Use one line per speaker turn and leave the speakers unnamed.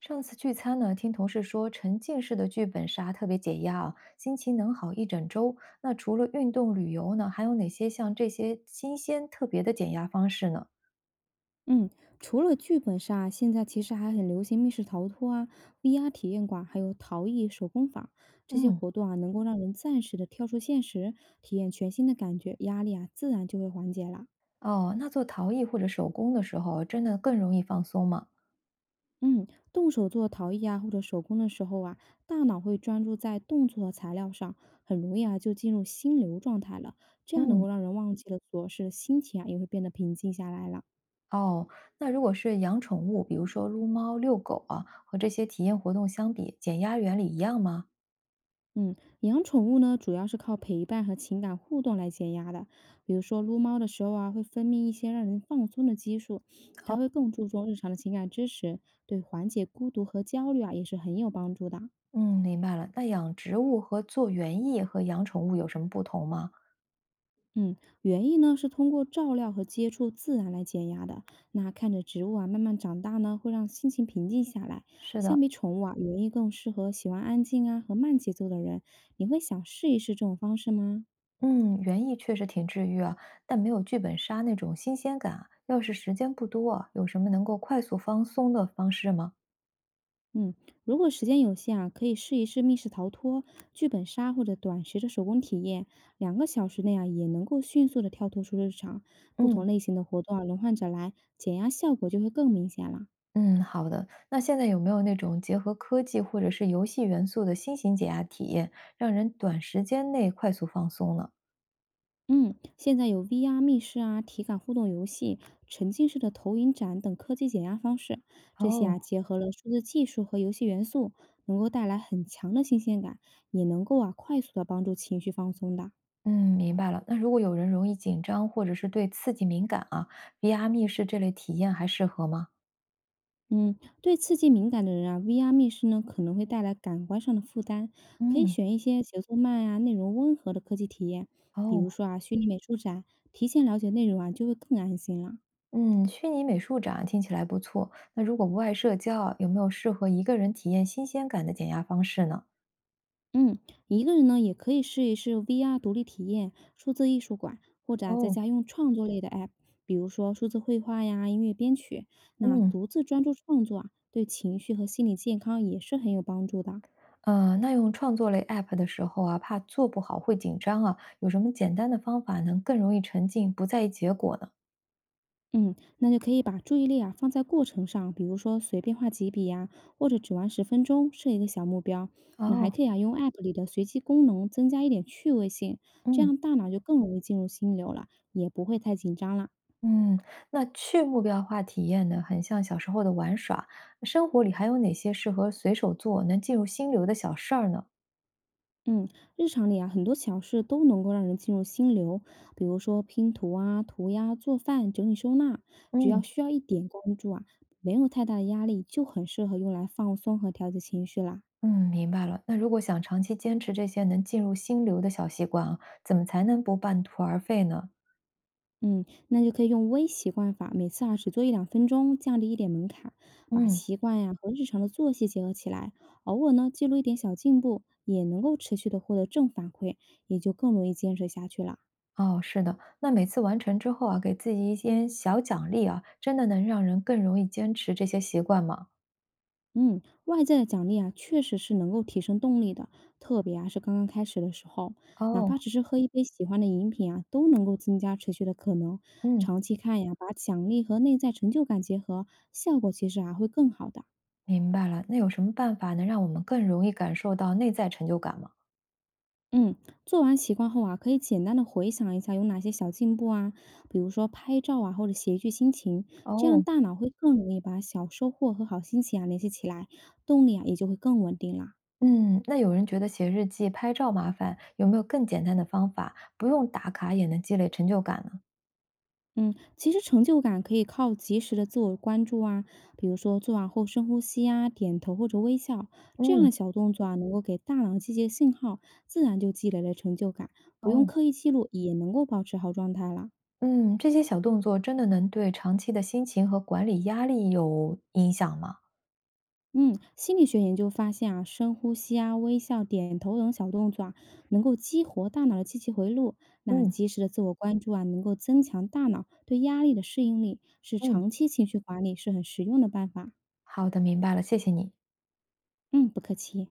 上次聚餐呢，听同事说沉浸式的剧本杀特别解压啊，心情能好一整周。那除了运动、旅游呢，还有哪些像这些新鲜特别的减压方式呢？
嗯，除了剧本杀，现在其实还很流行密室逃脱啊、VR 体验馆，还有陶艺手工坊这些
嗯。
活动啊，能够让人暂时的跳出现实，体验全新的感觉，压力啊自然就会缓解了。
哦，那做陶艺或者手工的时候，真的更容易放松吗？
嗯，动手做陶艺啊或者手工的时候啊，大脑会专注在动作和材料上，很容易啊就进入心流状态了，这样能
嗯。
够让人忘记了琐事，心情啊也会变得平静下来了。
哦，那如果是养宠物，比如说撸猫、遛狗啊，和这些体验活动相比，减压原理一样吗？
嗯，养宠物呢，主要是靠陪伴和情感互动来减压的。比如说撸猫的时候啊，会分泌一些让人放松的激素，它会更注重日常的情感支持，对缓解孤独和焦虑啊也是很有帮助的。
嗯，明白了。那养植物和做园艺和养宠物有什么不同吗？
嗯，园艺呢是通过照料和接触自然来减压的。那看着植物啊慢慢长大呢，会让心情平静下来。
是的，
相比宠物啊，园艺更适合喜欢安静啊和慢节奏的人。你会想试一试这种方式吗？
嗯，园艺确实挺治愈啊，但没有剧本杀那种新鲜感啊。要是时间不多啊，有什么能够快速放松的方式吗？
嗯，如果时间有限啊，可以试一试密室逃脱、剧本杀或者短时的手工体验，两个小时内啊也能够迅速的跳脱出日常，不同
嗯。
类型的活动啊轮换着来，减压效果就会更明显了。
嗯，好的。那现在有没有那种结合科技或者是游戏元素的新型解压体验，让人短时间内快速放松呢？
嗯，现在有 VR 密室啊、体感互动游戏、沉浸式的投影展等科技减压方式，这些
哦，
啊结合了数字技术和游戏元素，能够带来很强的新鲜感，也能够啊快速的帮助情绪放松的。
嗯，明白了。那如果有人容易紧张或者是对刺激敏感啊，VR 密室这类体验还适合吗？
嗯，对刺激敏感的人啊，VR 密室呢可能会带来感官上的负担，可以
嗯，
选一些节奏慢啊、内容温和的科技体验，比如
哦。
说啊虚拟美术展，提前了解内容啊就会更安心了。
嗯，虚拟美术展听起来不错。那如果不爱社交啊有没有适合一个人体验新鲜感的减压方式呢？
嗯，一个人呢也可以试一试 VR 独立体验、数字艺术馆，或者啊在
哦，
家用创作类的 app,比如说数字绘画呀、音乐编曲，那
嗯，
独自专注创作啊，对情绪和心理健康也是很有帮助的。
那用创作类 app 的时候啊，怕做不好会紧张啊，有什么简单的方法能更容易沉浸，不在意结果呢？
嗯，那就可以把注意力啊放在过程上，比如说随便画几笔呀、或者只玩十分钟，设一个小目标。那还
哦，
可以啊，用 App 里的随机功能增加一点趣味性，这
嗯。
样大脑就更容易进入心流了，也不会太紧张了。
嗯，那去目标化体验呢，很像小时候的玩耍。生活里还有哪些适合随手做、能进入心流的小事儿呢？
嗯，日常里啊，很多小事都能够让人进入心流，比如说拼图啊、涂鸦、做饭、整理收纳，只要
嗯。
需要一点关注啊，没有太大的压力，就很适合用来放松和调节情绪啦。
嗯，明白了。那如果想长期坚持这些能进入心流的小习惯啊，怎么才能不半途而废呢？
嗯，那就可以用微习惯法，每次啊只做一两分钟，降低一点门槛，把
嗯，
习惯呀、和日常的作息结合起来，偶尔呢记录一点小进步，也能够持续的获得正反馈，也就更容易坚持下去了。
哦，是的，那每次完成之后啊，给自己一些小奖励啊，真的能让人更容易坚持这些习惯吗？
嗯，外在的奖励啊，确实是能够提升动力的，特别啊是刚刚开始的时候，哪怕
哦，
只是喝一杯喜欢的饮品啊，都能够增加持续的可能。
嗯，
长期看呀，把奖励和内在成就感结合，效果其实啊会更好的。
明白了。那有什么办法能让我们更容易感受到内在成就感吗？
嗯，做完习惯后啊，可以简单的回想一下有哪些小进步啊，比如说拍照啊，或者写一句心情，这样
哦，
大脑会更容易把小收获和好心情啊联系起来，动力啊也就会更稳定啦。
嗯，那有人觉得写日记、拍照麻烦，有没有更简单的方法，不用打卡也能积累成就感呢？
嗯，其实成就感可以靠及时的自我关注啊，比如说做完后深呼吸啊、点头或者微笑，这样的
嗯，
小动作啊，能够给大脑积极的信号，自然就积累了成就感，不用
哦。
刻意记录也能够保持好状态啦。
嗯，这些小动作真的能对长期的心情和管理压力有影响吗？
嗯，心理学研究发现啊，深呼吸啊、微笑、点头等小动作啊，能够激活大脑的积极回路。那
嗯。
及时的自我关注啊，能够增强大脑对压力的适应力，是
嗯，
长期情绪管理是很实用的办法。
好的，明白了，谢谢你。
嗯，不客气。